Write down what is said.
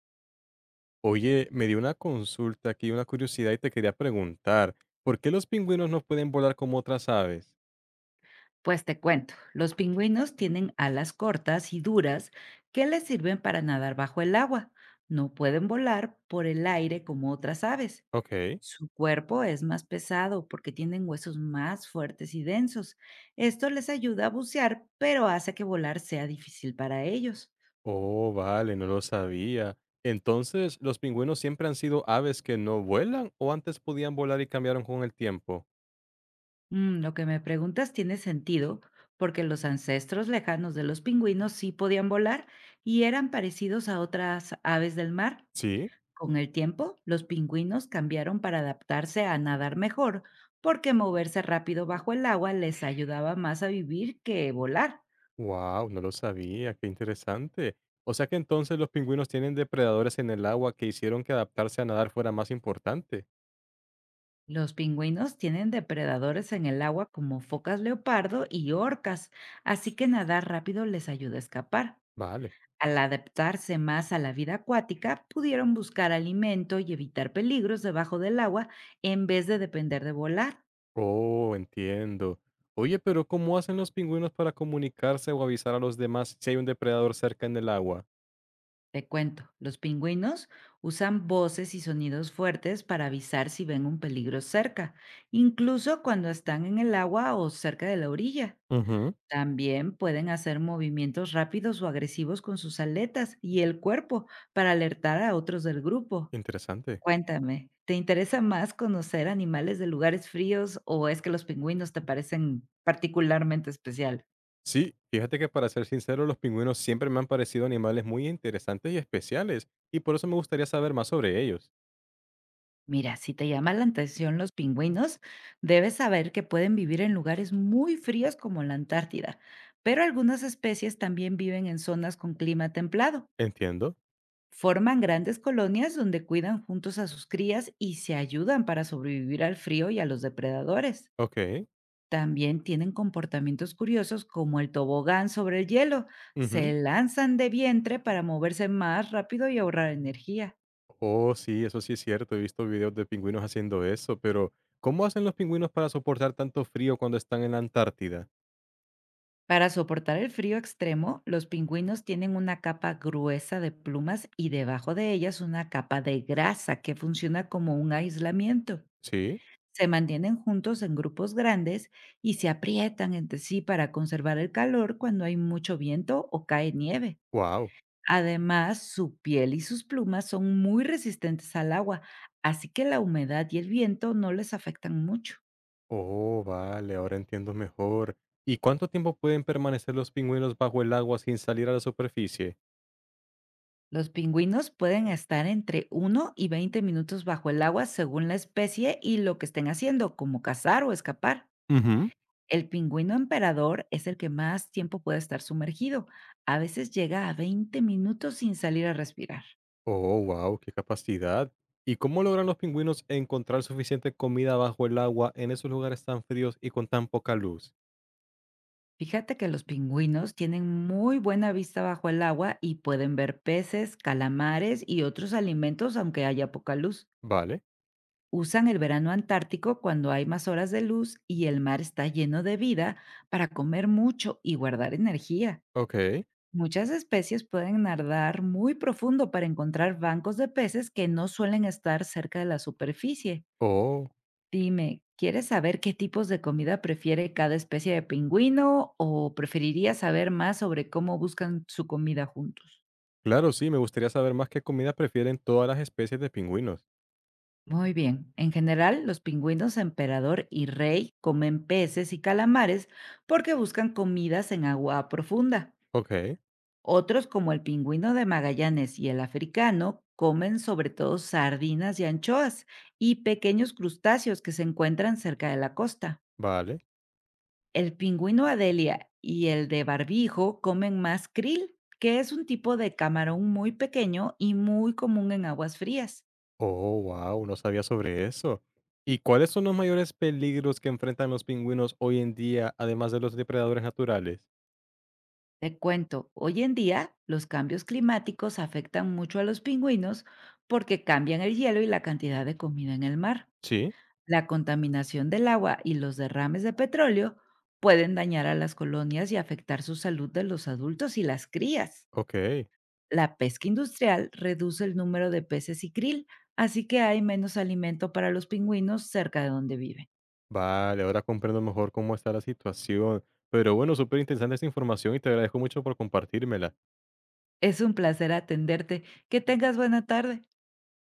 Oye, me dio una consulta aquí, una curiosidad y te quería preguntar, ¿por qué los pingüinos no pueden volar como otras aves? Pues te cuento, los pingüinos tienen alas cortas y duras que les sirven para nadar bajo el agua. No pueden volar por el aire como otras aves. Ok. Su cuerpo es más pesado porque tienen huesos más fuertes y densos. Esto les ayuda a bucear, pero hace que volar sea difícil para ellos. Oh, vale, no lo sabía. Entonces, ¿los pingüinos siempre han sido aves que no vuelan o antes podían volar y cambiaron con el tiempo? Lo que me preguntas tiene sentido porque los ancestros lejanos de los pingüinos sí podían volar y eran parecidos a otras aves del mar. Sí. Con el tiempo, los pingüinos cambiaron para adaptarse a nadar mejor, porque moverse rápido bajo el agua les ayudaba más a vivir que volar. Wow, no lo sabía, qué interesante. O sea que entonces los pingüinos tienen depredadores en el agua que hicieron que adaptarse a nadar fuera más importante. Los pingüinos tienen depredadores en el agua como focas leopardo y orcas, así que nadar rápido les ayuda a escapar. Vale. Al adaptarse más a la vida acuática, pudieron buscar alimento y evitar peligros debajo del agua en vez de depender de volar. Oh, entiendo. Oye, pero ¿cómo hacen los pingüinos para comunicarse o avisar a los demás si hay un depredador cerca en el agua? Te cuento, los pingüinos usan voces y sonidos fuertes para avisar si ven un peligro cerca, incluso cuando están en el agua o cerca de la orilla. Ujú. También pueden hacer movimientos rápidos o agresivos con sus aletas y el cuerpo para alertar a otros del grupo. Interesante. Cuéntame, ¿te interesa más conocer animales de lugares fríos o es que los pingüinos te parecen particularmente especiales? Sí, fíjate que para ser sincero, los pingüinos siempre me han parecido animales muy interesantes y especiales, y por eso me gustaría saber más sobre ellos. Mira, si te llama la atención los pingüinos, debes saber que pueden vivir en lugares muy fríos como la Antártida, pero algunas especies también viven en zonas con clima templado. Entiendo. Forman grandes colonias donde cuidan juntos a sus crías y se ayudan para sobrevivir al frío y a los depredadores. Ok. También tienen comportamientos curiosos como el tobogán sobre el hielo. Se Ujú. lanzan de vientre para moverse más rápido y ahorrar energía. Oh, sí, eso sí es cierto. He visto videos de pingüinos haciendo eso, pero ¿cómo hacen los pingüinos para soportar tanto frío cuando están en la Antártida? Para soportar el frío extremo, los pingüinos tienen una capa gruesa de plumas y debajo de ellas una capa de grasa que funciona como un aislamiento. Sí. Se mantienen juntos en grupos grandes y se aprietan entre sí para conservar el calor cuando hay mucho viento o cae nieve. Wow. Además, su piel y sus plumas son muy resistentes al agua, así que la humedad y el viento no les afectan mucho. Oh, vale, ahora entiendo mejor. ¿Y cuánto tiempo pueden permanecer los pingüinos bajo el agua sin salir a la superficie? Los pingüinos pueden estar entre 1 y 20 minutos bajo el agua según la especie y lo que estén haciendo, como cazar o escapar. Ujú. El pingüino emperador es el que más tiempo puede estar sumergido. A veces llega a 20 minutos sin salir a respirar. Oh, wow, qué capacidad. ¿Y cómo logran los pingüinos encontrar suficiente comida bajo el agua en esos lugares tan fríos y con tan poca luz? Fíjate que los pingüinos tienen muy buena vista bajo el agua y pueden ver peces, calamares y otros alimentos aunque haya poca luz. Vale, Usan el verano antártico cuando hay más horas de luz y el mar está lleno de vida para comer mucho y guardar energía. ok. Muchas especies pueden nadar muy profundo para encontrar bancos de peces que no suelen estar cerca de la superficie. Oh, Dime, ¿quieres saber qué tipos de comida prefiere cada especie de pingüino o preferirías saber más sobre cómo buscan su comida juntos? claro, sí, me gustaría saber más qué comida prefieren todas las especies de pingüinos. Muy bien. En general, los pingüinos emperador y rey comen peces y calamares porque buscan comidas en agua profunda. Ok, Otros, como el pingüino de Magallanes y el africano, comen sobre todo sardinas y anchoas y pequeños crustáceos que se encuentran cerca de la costa. vale. El pingüino Adelia y el de barbijo comen más krill, que es un tipo de camarón muy pequeño y muy común en aguas frías. Oh, wow, no sabía sobre eso. ¿Y cuáles son los mayores peligros que enfrentan los pingüinos hoy en día, además de los depredadores naturales? Te cuento, hoy en día los cambios climáticos afectan mucho a los pingüinos porque cambian el hielo y la cantidad de comida en el mar. Sí, La contaminación del agua y los derrames de petróleo pueden dañar a las colonias y afectar su salud de los adultos y las crías. ok. La pesca industrial reduce el número de peces y krill, así que hay menos alimento para los pingüinos cerca de donde viven. Vale, ahora comprendo mejor cómo está la situación. Pero bueno, súper interesante esta información y te agradezco mucho por compartírmela. Es un placer atenderte. Que tengas buena tarde.